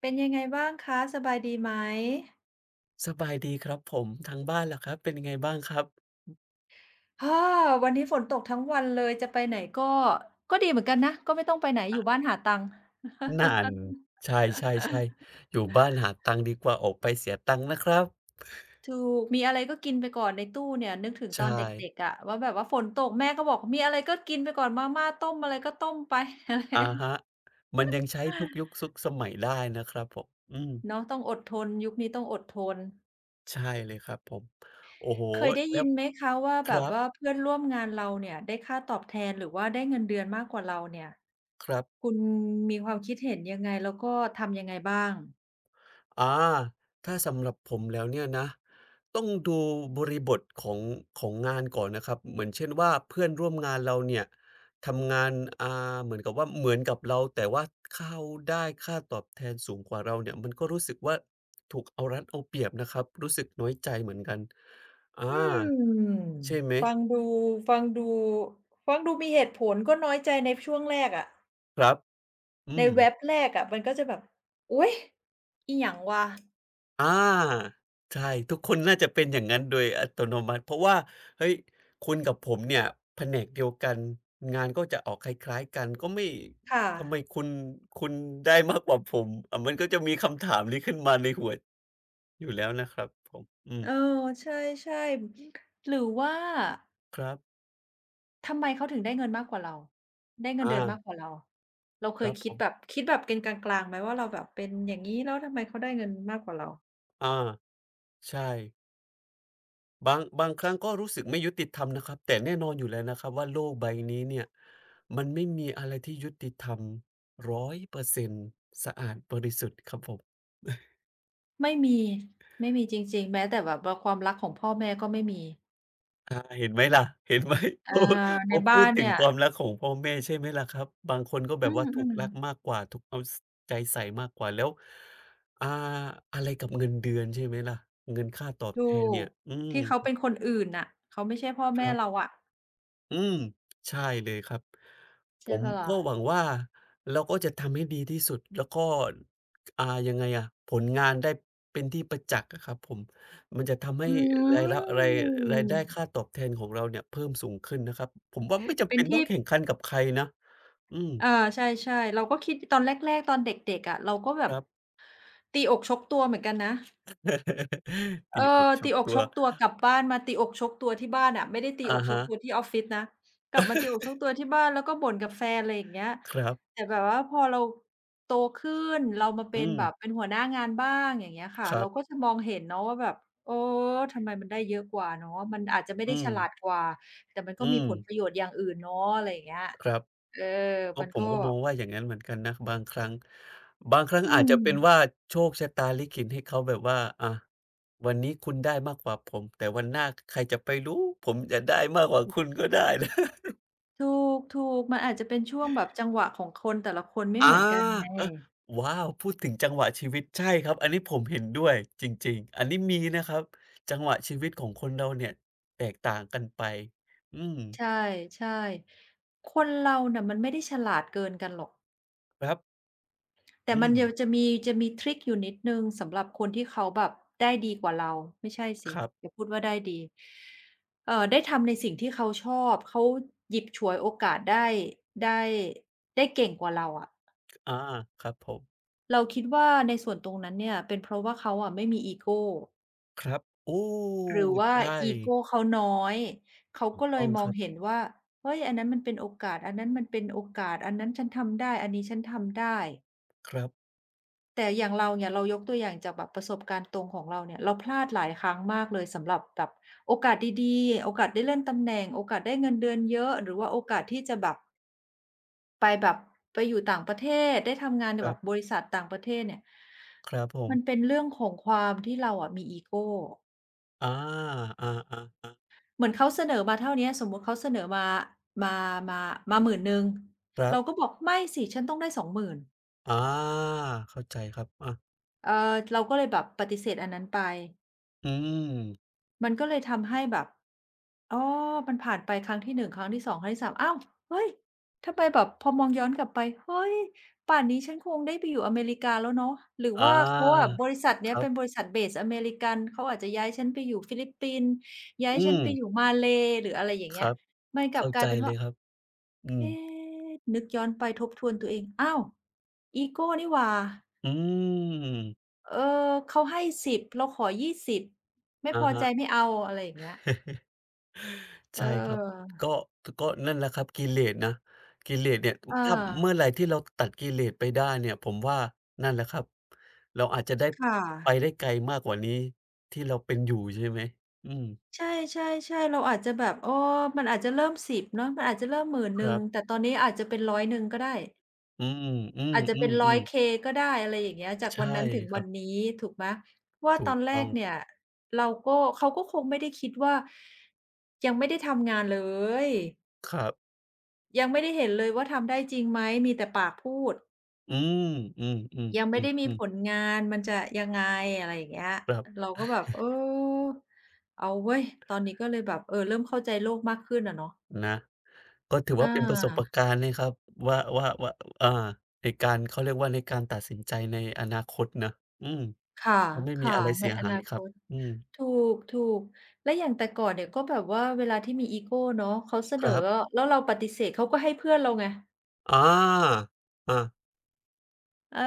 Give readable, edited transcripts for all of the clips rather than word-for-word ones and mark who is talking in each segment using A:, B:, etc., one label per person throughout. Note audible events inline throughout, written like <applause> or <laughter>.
A: เป็นยังไงบ้างคะสบายดีไหม
B: สบายดีครับผมทางบ้านล่ะครับเป็นยังไงบ้างครับ
A: อาวันนี้ฝนตกทั้งวันเลยจะไปไหนก็ก็ดีเหมือนกันนะก็ไม่ต้องไปไหนอยู่บ้านหาตังค์
B: นั่นใช่ๆๆอยู่บ้านหาตังค์ดีกว่าออกไปเสียตังค์นะครับ
A: ถูกมีอะไรก็กินไปก่อนในตู้เนี่ยนึกถึงตอ
B: ใช่
A: นเด็กๆอะว่าแบบว่าฝนตกแม่ก็บอกมีอะไรก็กินไปก่อนมาม่าต้มอะไรก็ต้มไป <laughs> อะไร
B: อะฮะมันยังใช้ทุกยุคทุกสมัยได้นะครับผมอืม
A: เนาะต้องอดทนยุคนี้ต้องอดทน
B: ใช่เลยครับผมโอ้โฮ
A: เคยได้
B: แล้
A: ยิ
B: ว
A: นไหมคะว่า
B: ค
A: แบ
B: รั
A: บ
B: บ
A: ว่าเพื่อนร่วมงานเราเนี่ยได้ค่าตอบแทนหรือว่าได้เงินเดือนมากกว่าเราเนี่ย
B: ครับ
A: คุณมีความคิดเห็นยังไงแล้วก็ทำยังไงบ้าง
B: อาถ้าสำหรับผมแล้วเนี่ยนะต้องดูบริบทของงานก่อนนะครับเหมือนเช่นว่าเพื่อนร่วมงานเราเนี่ยทำงานอ่เหมือนกับว่าเหมือนกับเราแต่ว่าเขาได้ค่าตอบแทนสูงกว่าเราเนี่ยมันก็รู้สึกว่าถูกเอารัดเอาเปรียบนะครับรู้สึกน้อยใจเหมือนกันอา
A: อืม
B: ใช่ไหม
A: ฟังดูฟังดูฟังดูมีเหตุผลก็น้อยใจในช่วงแรกอะ
B: ครับอื
A: ใน
B: ม
A: แว็บแรกอะมันก็จะแบบอุ๊ยอิหยังวะ
B: อาใช่ทุกคนน่าจะเป็นอย่างงั้นโดยอัตโนมัติเพราะว่าเฮ้ยคุณกับผมเนี่ยแผนกเดียวกันงานก็จะออกคล้ายๆกันก็ไม่
A: ค่ะ
B: ทำไมคุณได้มากกว่าผมมันก็จะมีคำถามนี้ขึ้นมาในหัวอยู่แล้วนะครับผมอื
A: เออ
B: ม
A: ใช่ๆหรือว่า
B: ครับ
A: ทำไมเขาถึงได้เงินมากกว่าเราได้เงิน
B: อา
A: เดือนมากกว่าเราเรา
B: ค
A: เค
B: รั
A: ย
B: บผม
A: คิดแบบเป็นกลางๆไหมว่าเราแบบเป็นอย่างงี้แล้วทำไมเขาได้เงินมากกว่าเรา
B: อาใช่ บางครั้งก็รู้สึกไม่ยุติธรรมนะครับแต่แน่นอนอยู่แล้วนะครับว่าโลกใบนี้เนี่ยมันไม่มีอะไรที่ยุติธรรม100%สะอาดบริสุทธิ์ครับผม
A: ไม่มีไม่มีจริงๆแม้แต่แบบว่าความรักของพ่อแม่ก็ไม่มี
B: เห็นไหมล่ะเห็นไหม <laughs> พ
A: อา
B: อพ
A: ใน
B: อพู
A: บ้า
B: ด
A: น
B: ถึง
A: เนี่ย
B: ความรักของพ่อแม่ใช่ไหมล่ะครับบางคนก็แบ
A: อื
B: บว่าถูก
A: ม
B: รัก
A: ๆ
B: มากกว่าถูกเอาสใจใส่มากกว่าแล้วอ่าอะไรกับเงินเดือนใช่ไหมล่ะเงินค่าตอบแท
A: ถู
B: นเนี่
A: ก
B: ยอืม
A: ที่เขาเป็นคนอื่นน่ะเขาไม่ใช่พ่อ
B: ค
A: แม่
B: รั
A: เรา
B: บ
A: อะ
B: อืมใช่เลยครับผ
A: ใช่
B: ม
A: เปล่า
B: ก็ห
A: ล่ะ
B: วังว่าเราก็จะทำให้ดีที่สุดแล้วก็ยังไงอะผลงานได้เป็นที่ประจักษ์อะครับผมมันจะทำให้
A: อื
B: รายละรายรายได้
A: ม
B: ค่าตอบแทนของเราเนี่ยเพิ่มสูงขึ้นนะครับผมว่าไม่จำ
A: เป็
B: เป็
A: น
B: นต้อ
A: ที่
B: งแข่งขันกับใครนะอืม
A: เออใช่ๆเราก็คิดตอนแรกๆตอนเด็กๆอะเราก็แบ
B: ค
A: บ
B: รับ
A: ตีอกชกตัวเหมือนกันนะ
B: <laughs>
A: เอ
B: ตี
A: อ
B: อกช
A: ตี
B: ก
A: อก
B: ตั
A: ช
B: ว
A: กตัวกลับบ้านมาตีอกชกตัวที่บ้านอะไม่ได้ตีอ
B: อะ
A: กช
B: ฮะ
A: กตัวที่ออฟฟิศนะกลับมาตีอกชกตัวที่บ้านแล้วก็บ่นกับแฟนอะไรอย่างเงี้ย
B: ครับ
A: แต่แบบว่าพอเราโตขึ้นเรามาเป็
B: อื
A: น
B: ม
A: แบบเป็นหัวหน้างานบ้างอย่างเงี้ยค่ะ
B: ครั
A: เราก็
B: บ
A: จะมองเห็นเนาะว่าแบบเออทำไมมันได้เยอะกว่าเนาะมันอาจจะไม่ได้
B: อื
A: ฉ
B: ม
A: ลาดกว่าแต่มันก็
B: อื
A: มี
B: ม
A: ผลประโยชน์อย่างอื่นเนาะอะไรอย่างเงี้ย
B: ครับ
A: เออ
B: ก็
A: มัน
B: ผ
A: ก็
B: มก็มองว่าอย่างนั้นเหมือนกันนะบางครั้ง
A: อื
B: อาจจะ
A: ม
B: เป็นว่าโชคชะตาลิขิตให้เขาแบบว่าอะวันนี้คุณได้มากกว่าผมแต่วันหน้าใครจะไปรู้ผมจะได้มากกว่าคุณก็ได้นะ <laughs>
A: ถูกๆมันอาจจะเป็นช่วงแบบจังหวะของคนแต่ละคนไม่
B: อา
A: เหมือนกันไง
B: เออว้าวพูดถึงจังหวะชีวิตใช่ครับอันนี้ผมเห็นด้วยจริงๆอันนี้มีนะครับจังหวะชีวิตของคนเราเนี่ยแตกต่างกันไปอืม
A: ใช่ใช่คนเราน่ะมันไม่ได้ฉลาดเกินกันหรอก
B: ครับ
A: แต่
B: อื
A: มัน
B: ม
A: ยังจะมีทริกอยู่นิดหนึ่งสำหรับคนที่เขาแบบได้ดีกว่าเราไม่ใช่สิ
B: ครับ
A: อย่าพูดว่าได้ดีได้ทำในสิ่งที่เขาชอบเขาหยิบฉวยโอกาสได้ได้ได้เก่งกว่าเราอะ
B: อาครับผม
A: เราคิดว่าในส่วนตรงนั้นเนี่ยเป็นเพราะว่าเขาอะไม่มีอีโก
B: ครับโอ้
A: หรือว่า
B: ใช่
A: อีโกเขาน้อยเขา
B: ถูก
A: ก็เล
B: ต้อ
A: ย
B: ง
A: ม
B: ค
A: อง
B: รับ
A: เห็นว่าเฮ้ยอันนั้นมันเป็นโอกาสอันนั้นมันเป็นโอกาสอันนั้นฉันทำได้อันนี้ฉันทำได้
B: ครับ
A: แต่อย่างเราเนี่ยเรายกตัวอย่างจากแบบประสบการณ์ตรงของเราเนี่ยเราพลาดหลายครั้งมากเลยสำหรับแบบโอกาสดีๆโอกาสได้เลื่อนตำแหน่งโอกาสได้เงินเดือนเยอะหรือว่าโอกาสที่จะแบบไปแบบไปอยู่ต่างประเทศได้ทำงานใน
B: ครั
A: แบบ
B: บ
A: บริษัทต่างประเทศเนี่ย
B: ครับผ
A: มัน
B: ม
A: เป็นเรื่องของความที่เราอะมีอีโก
B: อาอาๆๆ
A: เหมือนเขาเสนอมาเท่าเนี้ยสมมุติเขาเสนอมา มามามาห0ึ่ง
B: ครั
A: เราก็
B: บ
A: บอกไม่สิฉันต้องได้ 20,000"
B: อาเข้าใจครับ
A: เอ่อเราก็เลยแบบปฏิเสธอันนั้นไป
B: อืม
A: มันก็เลยทำให้แบบอ๋อมันผ่านไปครั้งที่1ครั้งที่2ครั้งที่3อ้าวเฮ้ยทำไมแบบพอมองย้อนกลับไปเฮ้ยป่านนี้ฉันคงได้ไปอยู่อเมริกาแล้วเนาะหรือ
B: อ
A: ว่าเขาอะ
B: า
A: บริษัทเนี้
B: ค
A: ย
B: รั
A: เป็น
B: บ
A: บริษัท Base อเมริกันเขาอาจจะย้ายฉันไปอยู่ฟิลิปปินส์ย้าย
B: อื
A: ฉัน
B: ม
A: ไปอยู่มาเลย์หรืออะไรอย่าง
B: ค
A: เงี้ย
B: รับ
A: มันกลับ
B: เข้า
A: กลา
B: ใจ
A: ยเป็น
B: เล
A: ว่า
B: ยครับอืม
A: เอ๊นึกย้อนไปทบทวนตัวเองอ้าวอีโก้นี่หว่า
B: อืม
A: เออเขาให้10เราขอ20ไม่
B: อะ
A: พอ
B: ฮะ
A: ใจไม่เอาอะไรอย่างเงี้ย
B: <laughs>
A: เ
B: ใช่ครับ
A: ออ
B: ก็ก็นั่นแหละครับกิเลสนะกิเลสเนี่ย
A: เอ
B: ถ้าเมื่อ
A: อ
B: ไรที่เราตัดกิเลสไปได้เนี่ยผมว่านั่นแหละครับเราอาจจะได้
A: ค่ะ
B: ไปได้ไกลมากกว่านี้ที่เราเป็นอยู่ใช่ไหมอืม
A: ใช่ๆๆเราอาจจะแบบเออมันอาจจะเริ่ม10เนาะมันอาจจะเริ่มหมื่นห
B: ค
A: นึ่
B: รั
A: ง
B: บ
A: แต่ตอนนี้อาจจะเป็น100ก็ได้
B: อืม
A: อาจจะเป็น
B: ๆๆ
A: 100K
B: ๆ
A: ก็ได้อะไรอย่างเงี้ยจาก
B: ใช่
A: วันนั้นถึง
B: ครั
A: วัน
B: บ
A: นี้ถูกไหมว่า
B: ถู
A: ตอ
B: ก
A: นแร
B: ต้อ
A: ก
B: ง
A: เนี่ยเราก็เขาก็คงไม่ได้คิดว่ายังไม่ได้ทำงานเลย
B: ครับ
A: ยังไม่ได้เห็นเลยว่าทำได้จริงไหม มีแต่ปากพูด
B: อืมอื
A: ยัง
B: อ
A: ไม่ได้มีผ
B: ๆๆๆ
A: ลงานมันจะยังไงอะไรอย่างเงี้ย
B: ครับ
A: เราก็แบบเออเอาเว้ย ตอนนี้ก็เลยแบบเริ่มเข้าใจโลกมากขึ้นอะเนาะ
B: นะก็ถือ
A: อา
B: ว่าเป็นประสบการณ์นะครับว่าอาในการเขาเรียกว่าในการตัดสินใจในอนาคตนะอืม
A: ค่ะ
B: ก็ไม่มี
A: ค่ะ
B: อะไร
A: ใน
B: เสีย
A: อ
B: หา
A: นา
B: ย
A: ค
B: ครับ
A: ต
B: อืม
A: ถูก ถูก แล้วอย่างแต่ก่อนเนี่ยก็แบบว่าเวลาที่มีอีโกเนาะเขาเสน
B: ค
A: อ
B: รับ
A: แล้วเราปฏิเสธเขาก็ให้เพื่อนเราไง
B: อาอา
A: เออ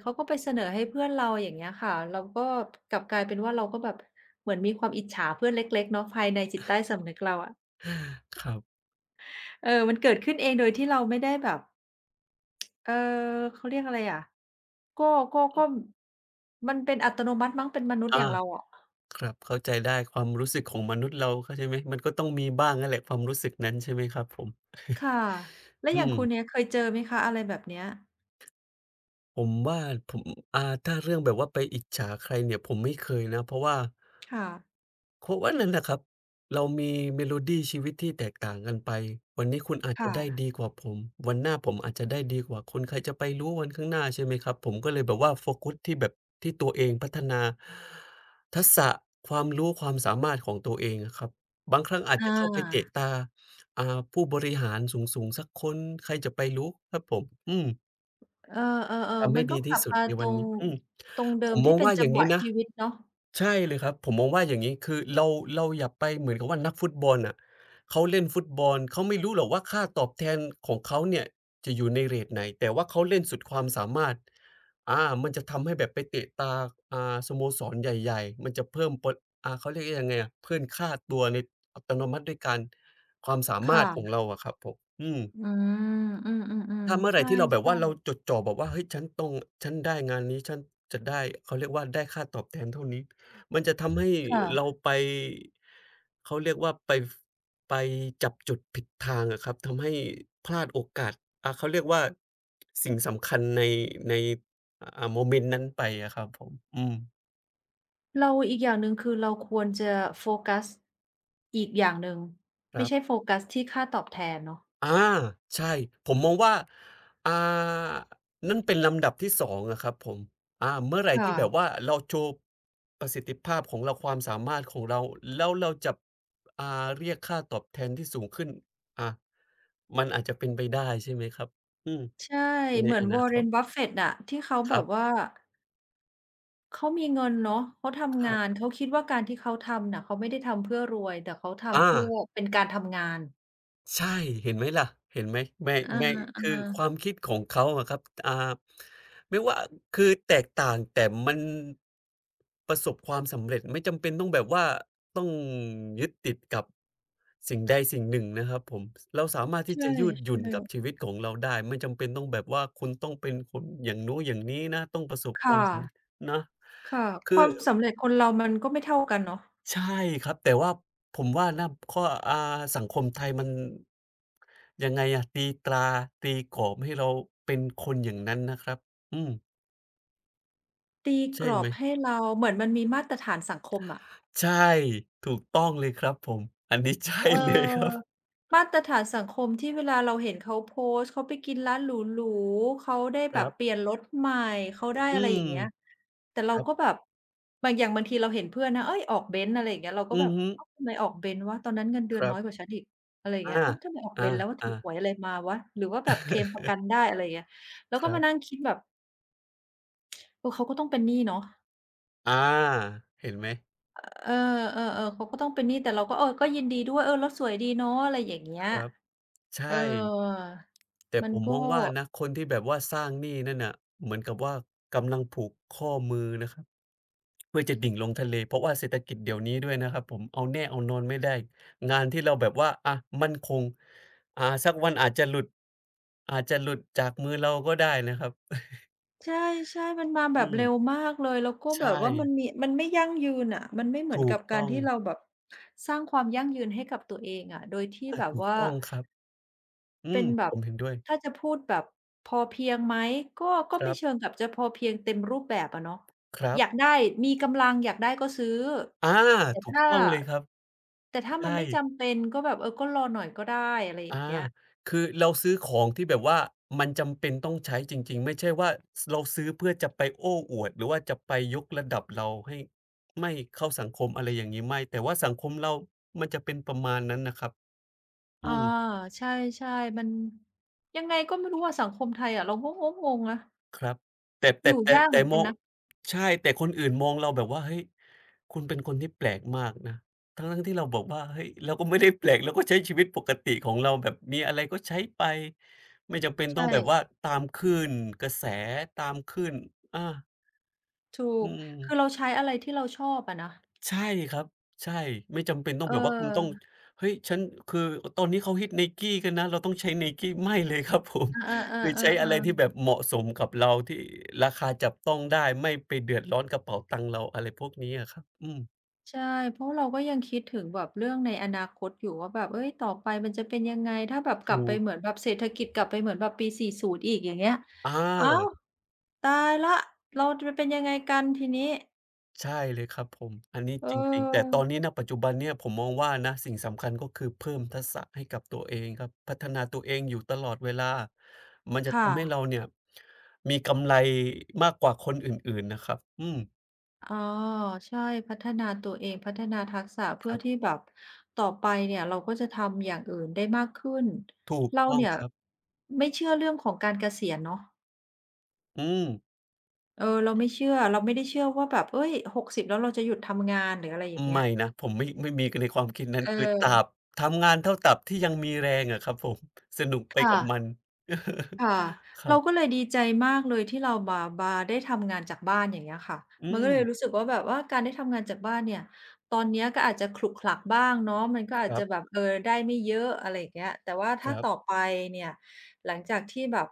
A: เขาก็ไปเสนอให้เพื่อนเราอย่างเงี้ยค่ะเราก็กลับกลายเป็นว่าเราก็แบบเหมือนมีความอิจฉาเพื่อนเล็กๆเนาะภายในจิตใต้สำนึกเราอะ
B: ครับ
A: เออมันเกิดขึ้นเองโดยที่เราไม่ได้แบบเอ่อเขาเรียกอะไรอะก็ก็มันเป็นอัตโนมัติมั้งเป็นมนุษ
B: อา
A: ย์อย่างเราอะ
B: ครับเข้าใจได้ความรู้สึกของมนุษย์เราเข้าใจไหมมันก็ต้องมีบ้างนั่นแหละความรู้สึกนั้นใช่ไหมครับผม
A: ค่ะแล้ว
B: อื
A: อย่าง
B: ม
A: คุณเนี่ยเคยเจอไหมคะอะไรแบบเนี้ย
B: ผมว่าผมอ่าถ้าเรื่องแบบว่าไปอิจฉาใครเนี่ยผมไม่เคยนะเพราะว่า
A: ค่ะ
B: เพราะว่านั่นแหละครับเรามีเมโลดีชีวิตที่แตกต่างกันไปวันนี้คุณอาจจะได้
A: ค่ะ
B: ดีกว่าผมวันหน้าผมอาจจะได้ดีกว่าคุณใครจะไปรู้วันข้างหน้าใช่ไหมครับผมก็เลยแบบว่าโฟกัสที่แบบที่ตัวเองพัฒนาทักษะความรู้ความสามารถของตัวเองอะครับบางครั้งอาจ
A: อ
B: จะเข้าไปเตะ
A: า
B: ตาอ่าผู้บริหารสูงๆสักคนใครจะไปรู้ครับผมอืม
A: เออๆ
B: ทำ
A: ๆมั
B: ให้
A: นก็
B: ดี
A: ก
B: ที่
A: ลับ
B: สุด
A: มา
B: ใน
A: ต
B: วั
A: ร
B: น
A: ง
B: นี้อืม
A: ตรงเดิ
B: ผ
A: ม
B: มม
A: ที่
B: อง
A: เป็น
B: ว่าอ
A: จัง
B: ย่าง
A: หวะ
B: งี้นะ
A: ชีวิตเนาะ
B: ใช่เลยครับผมมองว่าอย่างงี้คือเราอย่าไปเหมือนกับว่านักฟุตบอลน่ะเขาเล่นฟุตบอลเขาไม่รู้หรอกว่าค่าตอบแทนของเขาเนี่ยจะอยู่ในเรตไหนแต่ว่าเขาเล่นสุดความสามารถมันจะทำให้แบบไปเตะตาสโมสรใหญ่ๆมันจะเพิ่มปดเขาเรียกว่ายังไงอะเพิ่มค่าตัวในอัตโนมัติด้วยการความสามารถของ
A: ค่ะ
B: เราอะครับผมอื
A: อื
B: ม
A: มอืม
B: ถ้า
A: ๆ
B: เมื่อ
A: ๆ
B: ไหร
A: ใช
B: ที่เราแบบ
A: ่
B: ว่าเราจ
A: ๆ
B: ดจ่อแบบว่าเฮ้ยฉันต้องฉันได้งานนี้ฉันจะได้เขาเรียกว่าได้ค่าตอบแทนเท่านี้มันจะทำให้เรา
A: ค่ะ
B: ไปเขาเรียกว่าไปจับจุดผิดทางอะครับทำให้พลาดโอกาสเขาเรียกว่าสิ่งสำคัญในในโมเมนต์นั้นไปอะครับผมอืม
A: เราอีกอย่างหนึ่งคือเราควรจะโฟกัสอีกอย่างหนึ่ง
B: ครั
A: ไม่ใช่โฟ
B: บ
A: กัสที่ค่าตอบแทนเนาะ
B: อาใช่ผมมองว่าอ่านั่นเป็นลำดับที่สองอะครับผมเมื่อไห
A: ค
B: ร่ที่แบบ
A: ่ะ
B: ว่าเราโชว์ประสิทธิภาพของเราความสามารถของเราแล้วเราจะอ่าเรียกค่าตอบแทนที่สูงขึ้นอามันอาจจะเป็นไปได้ใช่ไหมครับอืม
A: ใช่
B: ใน
A: เหมือ
B: อ
A: น
B: นาค
A: Warren
B: ต
A: Buffett อะที่เขา
B: ค
A: แบ
B: รั
A: บ
B: บ
A: ว่าเขามีเงินเนาะเขา
B: ค
A: ทำ
B: รั
A: งาน
B: บ
A: เขาคิดว่าการที่เขาทำน่ะเขาไม่ได้ทำเพื่อรวยแต่เขาทำ
B: อา
A: เพื่อเป็นการทำงาน
B: ใช่เห็นไหมล่ะเห็นไหมไม่ไม่
A: อา
B: คือความคิดของเขาอะครับอ่าไม่ว่าคือแตกต่างแต่มันประสบความสำเร็จไม่จำเป็นต้องแบบว่าต้องยึดติดกับสิ่งใดสิ่งหนึ่งนะครับผมเราสามารถ
A: ๆ
B: ที่
A: ใช่
B: จะยืดหยุ่นกับชี
A: ๆ
B: วิตของเราได้ไม่จำเป็นต้องแบบว่าคุณต้องเป็นคนอย่างนู้นอย่างนี้นะต้องประสบความ
A: ค่ะ
B: สำเร็จนะ
A: ค่ะค
B: คือ
A: วามสำเร็จคนเรามันก็ไม่เท่ากันเนาะ
B: ใช่ครับแต่ว่าผมว่านะข้ออ่าสังคมไทยมันยังไงอะตีตราตีกรอบให้เราเป็นคนอย่างนั้นนะครับอืม
A: ตีก
B: ใช่
A: รอ
B: ไหม
A: บให้เราเหมือนมันมีมาตรฐานสังคมอะ
B: ใช่ถูกต้องเลยครับผมอันนี้ใช่
A: เ
B: เลยครั
A: ออ
B: บ
A: มาตรฐานสังคมที่เวลาเราเห็นเขาโพสต์เขาไปกินร้านหรูๆเขาได้
B: ค
A: แบ
B: รั
A: บเปลี่
B: บ
A: ยนรถใหม่เขาได้
B: อื
A: อะไรอ
B: ม
A: ย่างเงี้ยแต่
B: ค
A: เรา
B: รับ
A: ก็แบบบางอย่างบางทีเราเห็นเพื่อนนะเฮ้ยออกเบนซ์อะไรอย่างเงี้ยเราก็
B: อื
A: แบ
B: อ
A: บ
B: ฮึ
A: อ้าวทำไมออกเบนซ์วะตอนนั้นเงินเดื
B: ค
A: อน
B: รั
A: น้
B: บ
A: อยกว่าฉันอีกอะไรอย่าง
B: อา
A: เงี้ยอ้าวทำไมออก
B: อ
A: เบนซ์แล้วถู
B: า
A: ก
B: ๆ
A: หวยอะไรมาวะหรือว่าแบบเคลมประกันได้อะไรอย่างเงี้ยแล้
B: <laughs>
A: ว
B: ค
A: ก็
B: รั
A: มานั่ง
B: บ
A: คิดแบบเออเขาก็ต้องเป็นหนี้เนาะ
B: อาเห็นไหม
A: เออเออๆเขาก็ต้องเป็นหนี้แต่เราก็เออก็ยินดีด้วยเออรถสวยดีเนาะอะไรอย่างเงี้
B: ค
A: ย
B: รับ
A: เอ
B: ใช่
A: อ
B: แต่
A: มั
B: ผ
A: น
B: มม
A: ก็
B: องว่านะคนที่แบบว่าสร้างหนี้นั่นน่ะเหมือนกับว่ากำลังผูกข้อมือนะครับเพื่อจะดิ่งลงทะเลเพราะว่าเศรษฐกิจเดี๋ยวนี้ด้วยนะครับผมเอาแน่เอานอนไม่ได้งานที่เราแบบว่าอะมั่นคงสักวันอาจจะหลุดอาจจะหลุดจากมือเราก็ได้นะครับ
A: ใช่ๆมันมาแบ
B: อื
A: บ
B: ม
A: เร็วมากเลยแล้วก็แบ
B: ใช่
A: บว่ามันมีมันไม่ยั่งยืนอะมันไม่เหมือน
B: ถู
A: กั
B: ก
A: บกา
B: ต้
A: ร
B: อง
A: ที่เราแบบสร้างความยั่งยืนให้กับตัวเองอะโดยที่แบบ
B: ถูก
A: ว่า
B: ต้องครับอื
A: เป็
B: ม
A: นแบ
B: ผ
A: บ
B: มเห็นด้วย
A: ถ้าจะพูดแบบพอเพียงไหมก็ก็
B: ค
A: ไม่
B: รั
A: เชิ
B: บ
A: งกับจะพอเพียงเต็มรูปแบบอะเนาะ
B: ครั
A: อยาก
B: บ
A: ได้มีกำลังอยากได้ก็ซื้อ
B: อา
A: แต่
B: ถูก
A: ถ้า
B: ต้องเลยครับ
A: แต่ถ้ามัน
B: ใช่
A: ไม่จำเป็นก็แบบเออก็รอหน่อยก็ได้อะไรอ
B: อา
A: ย่างเงี้ย
B: คือเราซื้อของที่แบบว่ามันจำเป็นต้องใช้จริงๆไม่ใช่ว่าเราซื้อเพื่อจะไปโอ้อวดหรือว่าจะไปยกระดับเราให้ไม่เข้าสังคมอะไรอย่างงี้ไม่แต่ว่าสังคมเรามันจะเป็นประมาณนั้นน่ะครับอื
A: อา
B: ม
A: ใช่ๆมันยังไงก็ไม่รู้อะสังคมไทยอะเราก็งงๆนะ
B: ครับแต่
A: อ
B: แต่
A: ยู่
B: แต่
A: ยาก
B: แต่
A: เหมือน
B: ม
A: กั
B: อ
A: น
B: ง
A: นะ
B: ใช่แต่คนอื่นมองเราแบบว่าเฮ้ยคุณเป็นคนที่แปลกมากนะทั้งๆที่เราบอกว่าเฮ้ยเราก็ไม่ได้แปลกเราก็ใช้ชีวิตปกติของเราแบบมีอะไรก็ใช้ไปไม่จำเป็น
A: ใ
B: ต้องแบบว่า
A: ช่
B: ตามคลื่นกระแสตามคลื่นอา
A: ถู
B: อื
A: ก
B: ม
A: คือเราใช้อะไรที่เราชอบอะนะ
B: ใช่ครับใช่ไม่จำเป็นต้อง
A: เ
B: แบบว่าคุณต้อง
A: ออ
B: เฮ้ยฉันคือตอนนี้เขาฮิต Nike กันนะเราต้องใช้ Nike ไม่เลยครับผม
A: เออ
B: <laughs> คือใช้อะไร
A: ๆ
B: ที่
A: ๆ
B: แบ
A: ๆ
B: บเหมาะสมกับเราที่ราคาจับต้องได้ไม่ไปเดือดร้อนกระเป๋าตังค์เราอะไรพวกนี้อะครับอืม
A: ใช่เพราะเราก็ยังคิดถึงแบบเรื่องในอนาคตอยู่ว่าแบบเอ้ยต่อไปมันจะเป็นยังไงถ้าแบบกลั
B: ถู
A: บไป
B: ก
A: เหมือนแบบเศรษฐกิจกลับไปเหมือนแบบปี40อีกอย่างเงี้ย
B: อ
A: อ้าว
B: า
A: ตายแล้วเราจะเป็นยังไงกันทีนี้
B: ใช่เลยครับผมอันนี้
A: เ
B: จริงๆแต่ต
A: ออ
B: อนนี้ณปัจจุบันเนี่ยผมมองว่านะสิ่งสำคัญก็คือเพิ่มทักษะให้กับตัวเองครับพัฒนาตัวเองอยู่ตลอดเวลามันจะ
A: ค
B: ทำให้เรา
A: ่ะ
B: เนี่ยมีกำไรมากกว่าคนอื่นๆนะครับอืม
A: อ๋อใช่พัฒนาตัวเองพัฒนาทักษะ
B: ค
A: เพื่อ
B: รั
A: ที่
B: บ
A: แบบต่อไปเนี่ยเราก็จะทำอย่างอื่นได้มากขึ้น
B: ถูก
A: เรา
B: ต้อง
A: เนี่ย
B: ครับ
A: ไม่เชื่อเรื่องของการเกษียณเนาะ
B: อืม
A: เออเราไม่เชื่อเราไม่ได้เชื่อว่าแบบเอ้ยหกสิบแล้วเราจะหยุดทำงานหรืออะไรอย่างเงี้
B: ไม่
A: ย
B: นะผมไม่ไม่มีในความคิดนั้น
A: เอ
B: คือตราบ
A: อ
B: ทำงานเท่าตราบที่ยังมีแรงอะครับผมสนุกไปกั
A: ค่ะ
B: บมัน
A: ค่ะ
B: <laughs> ครั
A: เราก็
B: บ
A: เลยดีใจมากเลยที่เรามาได้ทำงานจากบ้านอย่างเงี้ยค่ะ
B: อื
A: มันก็
B: ม
A: เลยรู้สึกว่าแบบว่าการได้ทำงานจากบ้านเนี่ยตอนเนี้ยก็อาจจะขลุกขลักบ้างเนาะมันก็
B: ค
A: อาจจะแบ
B: ร
A: บเออได้ไม่เยอะอะไรอย่างเงี้ยแต่ว่าถ้า
B: ับ
A: ต่อไปเนี่ยหลังจากที่แบบ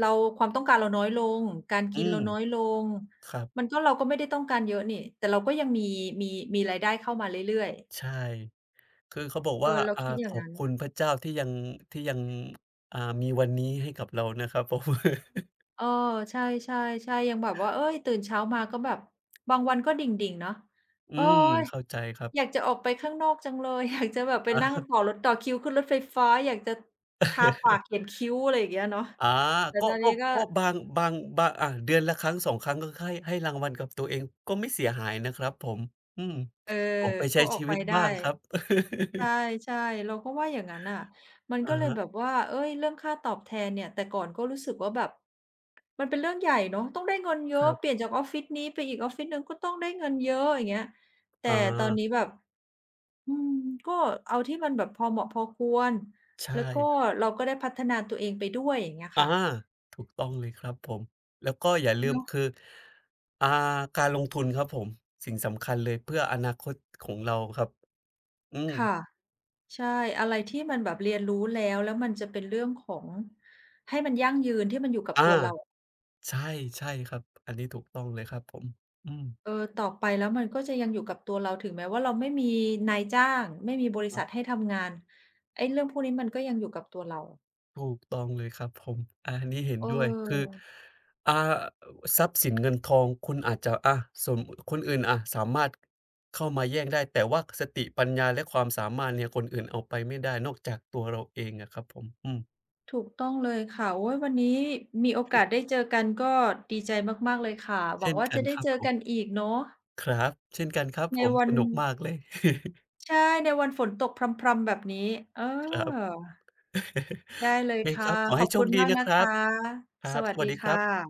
A: เราความต้องการเราน้อยลงการ
B: ๆ
A: กิ
B: อื
A: น
B: ม
A: เราน้อยลง
B: ครับ
A: มันก็เราก็ไม่ได้ต้องการเยอะนี่แต่เราก็ยังมีมีมีรายได้เข้ามาเรื่อยๆ
B: ใช่ คือเขาบอก
A: เอ
B: ว่า
A: อเราคิดอ
B: ข
A: ย่าง
B: อบ
A: งั้น
B: คุณพระเจ้าที่ยังที่ยังมีวันนี้ให้กับเรานะครับ <laughs> ผม
A: เออใช่ใช่ใช่ยังแบบว่าเอ๊ยตื่นเช้ามาก็แบบบางวันก็ดิ่งๆเนาะ
B: อื
A: โอ๊
B: ม
A: ย
B: เข้าใจครั
A: อยาก
B: บ
A: จะออกไปข้างนอกจังเลย <laughs> อยากจะแบบไปนั่ง
B: อา
A: ต่อรถต่อคิวขึ้นรถไฟฟ้าอยากจะทาปาก
B: <laughs>
A: เขียนคิ้วอะไรอย่างเงี้ยเนาะ
B: อา
A: แต่
B: ก็
A: ตอน
B: ก็
A: นี้ก็
B: ก็บางบางบางเดือนละครั้งสองครั้งก็ให้ให้รางวัลกับตัวเองก็ไม่เสียหายนะครับผมอืม
A: เออ
B: ออกไปใช้
A: ก็ออ
B: ชี
A: กไป
B: วิต
A: ได้
B: บ้างครับ
A: ใ
B: <laughs>
A: ช่ๆเราก็ว่าอย่างงั้นน่ะมันก็
B: อะ
A: เลย
B: ฮะ
A: แบบว่าเอ๊ยเรื่องค่าตอบแทนเนี่ยแต่ก่อนก็รู้สึกว่าแบบมันเป็นเรื่องใหญ่เนาะต้องได้เงินเย
B: ค
A: อะ
B: รั
A: เป
B: บ
A: ลี่ยนจากออฟฟิศนี้ไปอีกออฟฟิศหนึ่งก็ต้องได้เงินเยอะอย่างเงี้ยแต่ตอน
B: อา
A: นี้แบบ อืมก็เอาที่มันแบบพอเหมาะพอควร
B: ใช
A: แล้วก็
B: ่
A: เราก็ได้พัฒนาตัวเองไปด้วยอย่างเงี้ย
B: อา
A: ค่ะ
B: ถูกต้องเลยครับผมแล้วก็อย่าลืม
A: เนาะ
B: คืออ่าการลงทุนครับผมสิ่งสำคัญเลยเพื่ออนาคตของเราครับอืม
A: ค่ะใช่อะไรที่มันแบบเรียนรู้แล้วแล้วมันจะเป็นเรื่องของให้มันยั่งยืนที่มันอยู่กับ
B: อา
A: ตัวเรา
B: ใช่ใช่ครับอันนี้ถูกต้องเลยครับผมอืม
A: เออต่อไปแล้วมันก็จะยังอยู่กับตัวเราถึงแม้ว่าเราไม่มีนายจ้างไม่มีบริ
B: ครั
A: ษัท
B: บ
A: ให้ทำงานไอ้เรื่องพวกนี้มันก็ยังอยู่กับตัวเรา
B: ถูกต้องเลยครับผมอันนี้เห็น
A: เออ
B: ด้วยคืออ่าทรัพย์สินเงินทองคุณอาจจะอะสมคนอื่นอะสามารถเข้ามาแย่งได้แต่ว่าสติปัญญาและความสามารถเนี่ยคนอื่นเอาไปไม่ได้นอกจากตัวเราเองอะครับผมอืม
A: ถูกต้องเลยค่ะโอ้ยวันนี้มีโอกาสได้เจอกันก็ดีใจมากๆเลยค่ะหวั
B: เช่
A: ง
B: น
A: ว่า
B: กัน
A: จะ
B: ค
A: ได้
B: รับ
A: เจ
B: ผ
A: อ
B: ม
A: กันอีกเนาะ
B: ครับเช่นกันครับ
A: ใน
B: ผม
A: วั
B: ส
A: น
B: นุกมากเลย <laughs>
A: ใช่ในวันฝนตกพรำๆแบบนี้เอ
B: ครับ
A: อได้
B: <laughs>
A: เล
B: โอ
A: ย
B: เคครั
A: ค่ะ
B: บขอ
A: ขอ
B: ให้
A: บ
B: โช
A: คุ
B: ค
A: ณ
B: ดี
A: มาก
B: นะค
A: นะ
B: รับ
A: คะ
B: ค
A: ส
B: รับ
A: วั
B: ส
A: ส
B: วัส
A: ดี
B: ดีครั
A: ค่ะ
B: บ